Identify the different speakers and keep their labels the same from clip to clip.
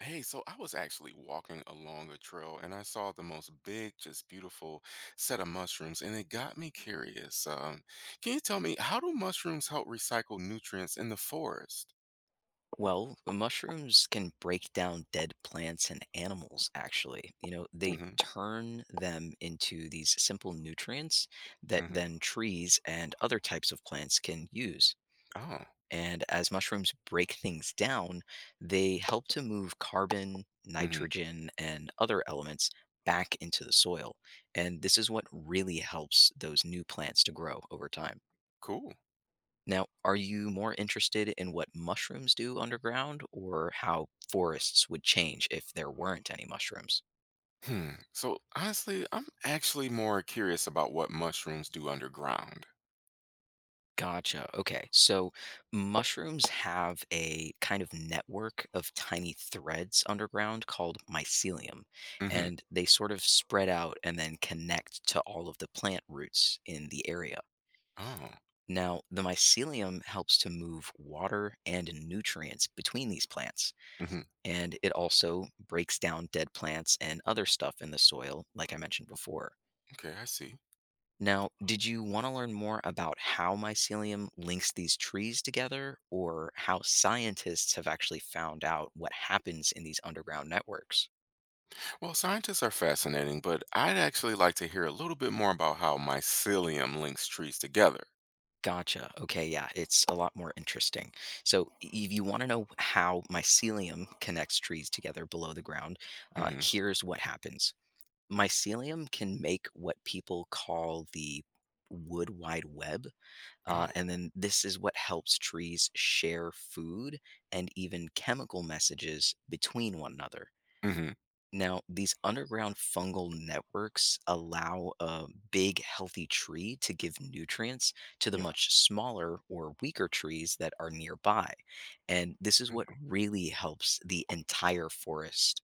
Speaker 1: Hey, so I was actually walking along a trail and I saw the most big, just beautiful set of mushrooms, and it got me curious. Can you tell me, how do mushrooms help recycle nutrients in the forest?
Speaker 2: Well, mushrooms can break down dead plants and animals, actually. You know, they
Speaker 1: Mm-hmm.
Speaker 2: turn them into these simple nutrients that
Speaker 1: Mm-hmm.
Speaker 2: then trees and other types of plants can use.
Speaker 1: Oh,
Speaker 2: And as mushrooms break things down, they help to move carbon,
Speaker 1: mm-hmm.
Speaker 2: nitrogen, and other elements back into the soil. And this is what really helps those new plants to grow over time.
Speaker 1: Cool.
Speaker 2: Now, are you more interested in what mushrooms do underground or how forests would change if there weren't any mushrooms?
Speaker 1: Hmm. So honestly, I'm actually more curious about what mushrooms do underground.
Speaker 2: Gotcha. Okay. So mushrooms have a kind of network of tiny threads underground called mycelium,
Speaker 1: Mm-hmm.
Speaker 2: and they sort of spread out and then connect to all of the plant roots in the area.
Speaker 1: Oh.
Speaker 2: Now, the mycelium helps to move water and nutrients between these plants,
Speaker 1: Mm-hmm.
Speaker 2: and it also breaks down dead plants and other stuff in the soil, like I mentioned before.
Speaker 1: Okay, I see.
Speaker 2: Now, did you want to learn more about how mycelium links these trees together or how scientists have actually found out what happens in these underground networks?
Speaker 1: Well, scientists are fascinating, but I'd actually like to hear a little bit more about how mycelium links trees together.
Speaker 2: Gotcha. Okay, yeah, it's a lot more interesting. So, if you want to know how mycelium connects trees together below the ground,
Speaker 1: Mm-hmm.
Speaker 2: here's what happens. Mycelium can make what people call the wood wide web.
Speaker 1: Oh,
Speaker 2: And then this is what helps trees share food and even chemical messages between one another.
Speaker 1: hmm.
Speaker 2: Now, these underground fungal networks allow a big, healthy tree to give nutrients to the
Speaker 1: Yeah.
Speaker 2: much smaller or weaker trees that are nearby. And this is what
Speaker 1: Mhm.
Speaker 2: really helps the entire forest.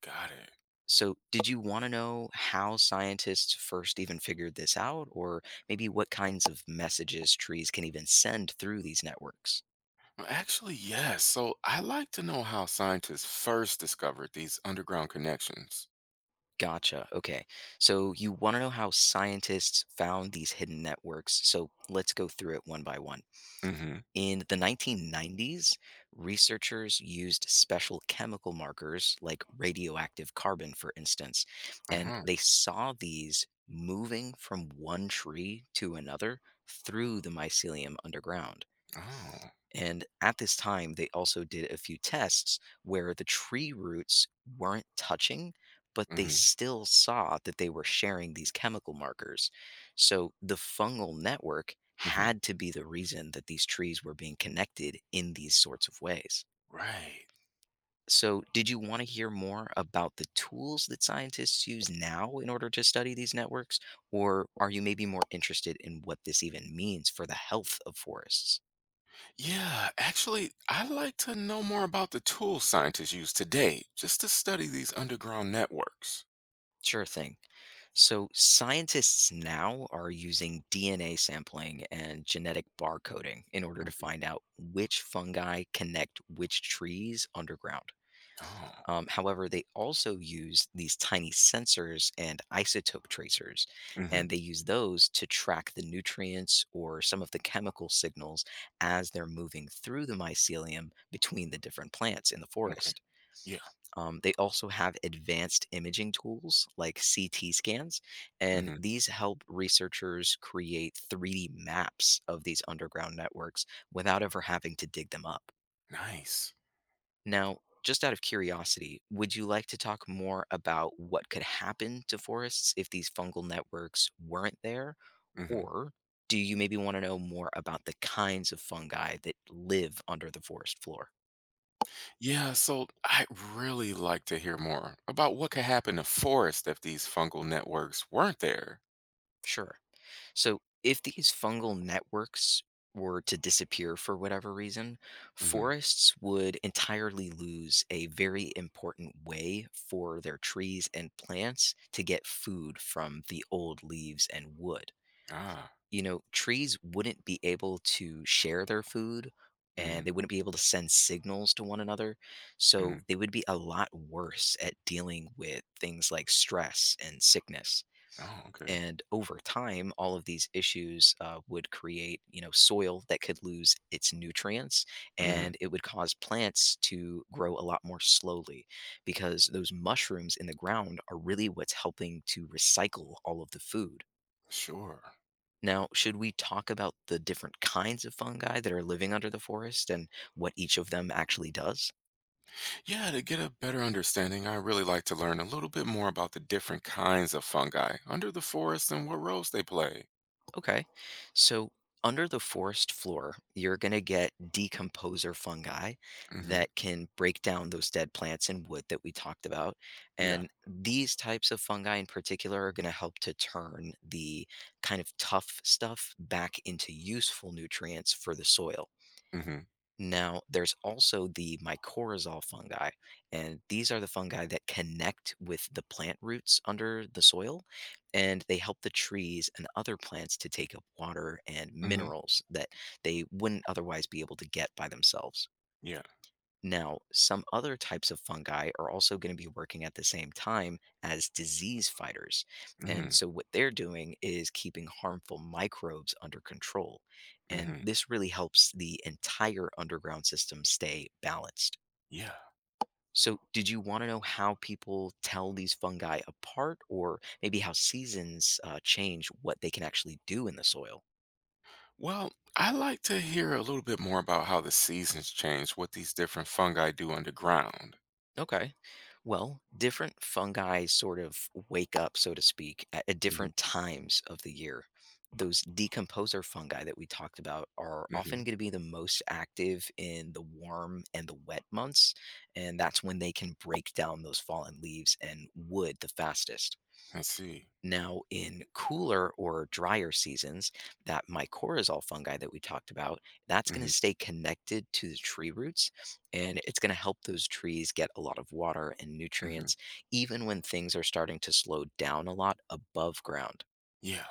Speaker 1: Got it.
Speaker 2: So, did you want to know how scientists first even figured this out, or maybe what kinds of messages trees can even send through these networks?
Speaker 1: Well, actually, yes. So I like to know how scientists first discovered these underground connections.
Speaker 2: Gotcha. Okay. So, you want to know how scientists found these hidden networks. So, let's go through it one by one.
Speaker 1: Mm-hmm.
Speaker 2: In the 1990s, researchers used special chemical markers like radioactive carbon, for instance, and
Speaker 1: Uh-huh.
Speaker 2: they saw these moving from one tree to another through the mycelium underground.
Speaker 1: Oh.
Speaker 2: And at this time, they also did a few tests where the tree roots weren't touching, but they
Speaker 1: Mm-hmm.
Speaker 2: still saw that they were sharing these chemical markers. So the fungal network
Speaker 1: Hmm.
Speaker 2: had to be the reason that these trees were being connected in these sorts of ways.
Speaker 1: Right.
Speaker 2: So, did you want to hear more about the tools that scientists use now in order to study these networks? Or are you maybe more interested in what this even means for the health of forests?
Speaker 1: Yeah. Actually, I'd like to know more about the tools scientists use today just to study these underground networks.
Speaker 2: Sure thing. So, scientists now are using DNA sampling and genetic barcoding in order to
Speaker 1: Mhm.
Speaker 2: find out which fungi connect which trees underground.
Speaker 1: Oh.
Speaker 2: However, they also use these tiny sensors and isotope tracers, and
Speaker 1: Hmm.
Speaker 2: they use those to track the nutrients or some of the chemical signals as they're moving through the mycelium between the different plants in the
Speaker 1: Okay.
Speaker 2: forest.
Speaker 1: Yeah.
Speaker 2: They also have advanced imaging tools like CT scans, and
Speaker 1: Hmm.
Speaker 2: these help researchers create 3D maps of these underground networks without ever having to dig them up.
Speaker 1: Nice.
Speaker 2: Now, just out of curiosity, would you like to talk more about what could happen to forests if these fungal networks weren't there?
Speaker 1: Hmm.
Speaker 2: Or do you maybe want to know more about the kinds of fungi that live under the forest floor?
Speaker 1: Yeah, so I'd really like to hear more about what could happen to forests if these fungal networks weren't there.
Speaker 2: Sure. So, if these fungal networks were to disappear for whatever reason,
Speaker 1: Hmm.
Speaker 2: forests would entirely lose a very important way for their trees and plants to get food from the old leaves and wood.
Speaker 1: Ah,
Speaker 2: You know, trees wouldn't be able to share their food
Speaker 1: hmm
Speaker 2: and they wouldn't be able to send signals to one another. So,
Speaker 1: hmm
Speaker 2: they would be a lot worse at dealing with things like stress and sickness,
Speaker 1: oh, okay.
Speaker 2: and over time all of these issues would create, you know, soil that could lose its nutrients,
Speaker 1: Hmm.
Speaker 2: and it would cause plants to grow a lot more slowly because those mushrooms in the ground are really what's helping to recycle all of the food.
Speaker 1: Sure.
Speaker 2: Now, should we talk about the different kinds of fungi that are living under the forest and what each of them actually does?
Speaker 1: Yeah, to get a better understanding, I really like to learn a little bit more about the different kinds of fungi under the forest and what roles they play.
Speaker 2: Okay. So under the forest floor, you're going to get decomposer fungi
Speaker 1: Hmm.
Speaker 2: that can break down those dead plants and wood that we talked about.
Speaker 1: Yeah.
Speaker 2: And these types of fungi in particular are going to help to turn the kind of tough stuff back into useful nutrients for the soil.
Speaker 1: hmm
Speaker 2: Now, there's also the mycorrhizal fungi, and these are the fungi that connect with the plant roots under the soil, and they help the trees and other plants to take up water and
Speaker 1: hmm
Speaker 2: minerals that they wouldn't otherwise be able to get by themselves.
Speaker 1: Yeah.
Speaker 2: Now, some other types of fungi are also going to be working at the same time as disease fighters.
Speaker 1: hmm
Speaker 2: And so, what they're doing is keeping harmful microbes under control. And
Speaker 1: hmm
Speaker 2: this really helps the entire underground system stay balanced.
Speaker 1: Yeah.
Speaker 2: So, did you want to know how people tell these fungi apart, or maybe how seasons change what they can actually do in the soil?
Speaker 1: Well, I like to hear a little bit more about how the seasons change, what these different fungi do underground.
Speaker 2: Okay. Well, different fungi sort of wake up, so to speak, at
Speaker 1: Mm-hmm.
Speaker 2: different times of the year. Those decomposer fungi that we talked about are
Speaker 1: Hmm.
Speaker 2: often going to be the most active in the warm and the wet months. And that's when they can break down those fallen leaves and wood the fastest.
Speaker 1: I see.
Speaker 2: Now, in cooler or drier seasons, that mycorrhizal fungi that we talked about, that's going
Speaker 1: hmm
Speaker 2: to stay connected to the tree roots and it's going to help those trees get a lot of water and
Speaker 1: hmm
Speaker 2: nutrients, even when things are starting to slow down a lot above ground.
Speaker 1: Yeah.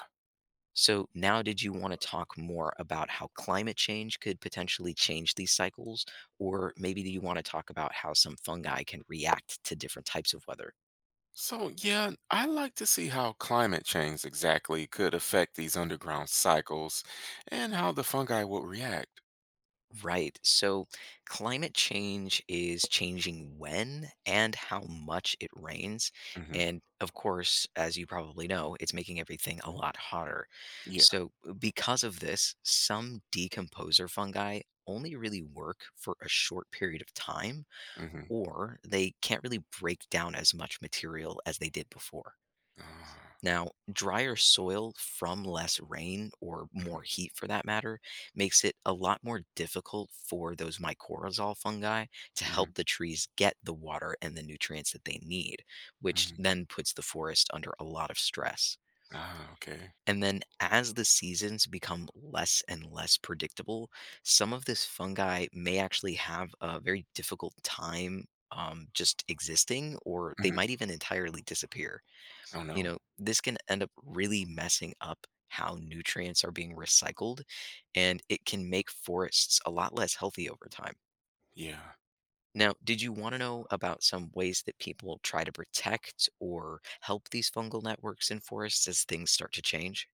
Speaker 2: So, now did you want to talk more about how climate change could potentially change these cycles? Or maybe do you want to talk about how some fungi can react to different types of weather?
Speaker 1: So, yeah, I like to see how climate change exactly could affect these underground cycles and how the fungi will react.
Speaker 2: Right. So climate change is changing when and how much it rains.
Speaker 1: Hmm.
Speaker 2: And of course, as you probably know, it's making everything a lot hotter.
Speaker 1: Yeah.
Speaker 2: So, because of this, some decomposer fungi only really work for a short period of time,
Speaker 1: Hmm.
Speaker 2: or they can't really break down as much material as they did before.
Speaker 1: Ah,
Speaker 2: Now, drier soil from less rain or more heat for that matter makes it a lot more difficult for those mycorrhizal fungi to
Speaker 1: hmm
Speaker 2: help the trees get the water and the nutrients that they need, which
Speaker 1: hmm
Speaker 2: then puts the forest under a lot of stress.
Speaker 1: ah, okay.
Speaker 2: And then, as the seasons become less and less predictable, some of this fungi may actually have a very difficult time just existing, or they
Speaker 1: Hmm.
Speaker 2: might even entirely disappear.
Speaker 1: Oh,
Speaker 2: You
Speaker 1: no.
Speaker 2: know, this can end up really messing up how nutrients are being recycled, and it can make forests a lot less healthy over time.
Speaker 1: Yeah.
Speaker 2: Now, did you want to know about some ways that people try to protect or help these fungal networks in forests as things start to change?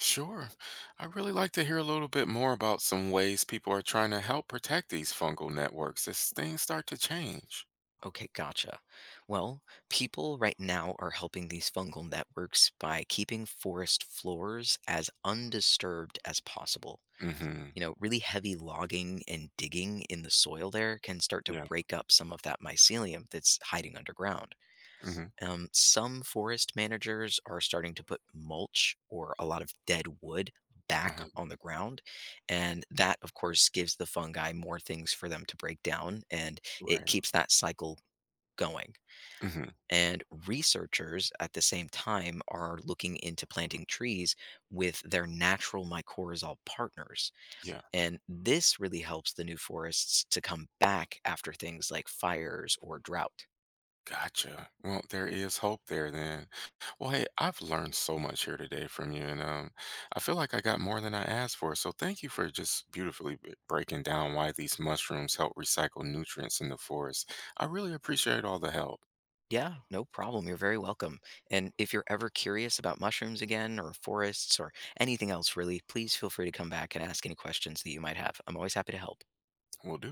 Speaker 1: Sure. I really like to hear a little bit more about some ways people are trying to help protect these fungal networks as things start to change.
Speaker 2: Okay, gotcha. Well, people right now are helping these fungal networks by keeping forest floors as undisturbed as possible.
Speaker 1: Hmm.
Speaker 2: You know, really heavy logging and digging in the soil there can start to
Speaker 1: Yeah.
Speaker 2: break up some of that mycelium that's hiding underground.
Speaker 1: Hmm.
Speaker 2: Some forest managers are starting to put mulch or a lot of dead wood back
Speaker 1: Uh,
Speaker 2: on the ground. And that, of course, gives the fungi more things for them to break down and it
Speaker 1: right.
Speaker 2: keeps that cycle going.
Speaker 1: Hmm.
Speaker 2: And researchers at the same time are looking into planting trees with their natural mycorrhizal partners,
Speaker 1: Yeah.
Speaker 2: and this really helps the new forests to come back after things like fires or drought.
Speaker 1: Gotcha. Well, there is hope there then. Well, hey, I've learned so much here today from you, and I feel like I got more than I asked for. So thank you for just beautifully breaking down why these mushrooms help recycle nutrients in the forest. I really appreciate all the help.
Speaker 2: Yeah, no problem. You're very welcome. And if you're ever curious about mushrooms again or forests or anything else, really, please feel free to come back and ask any questions that you might have. I'm always happy to help.
Speaker 1: Will do.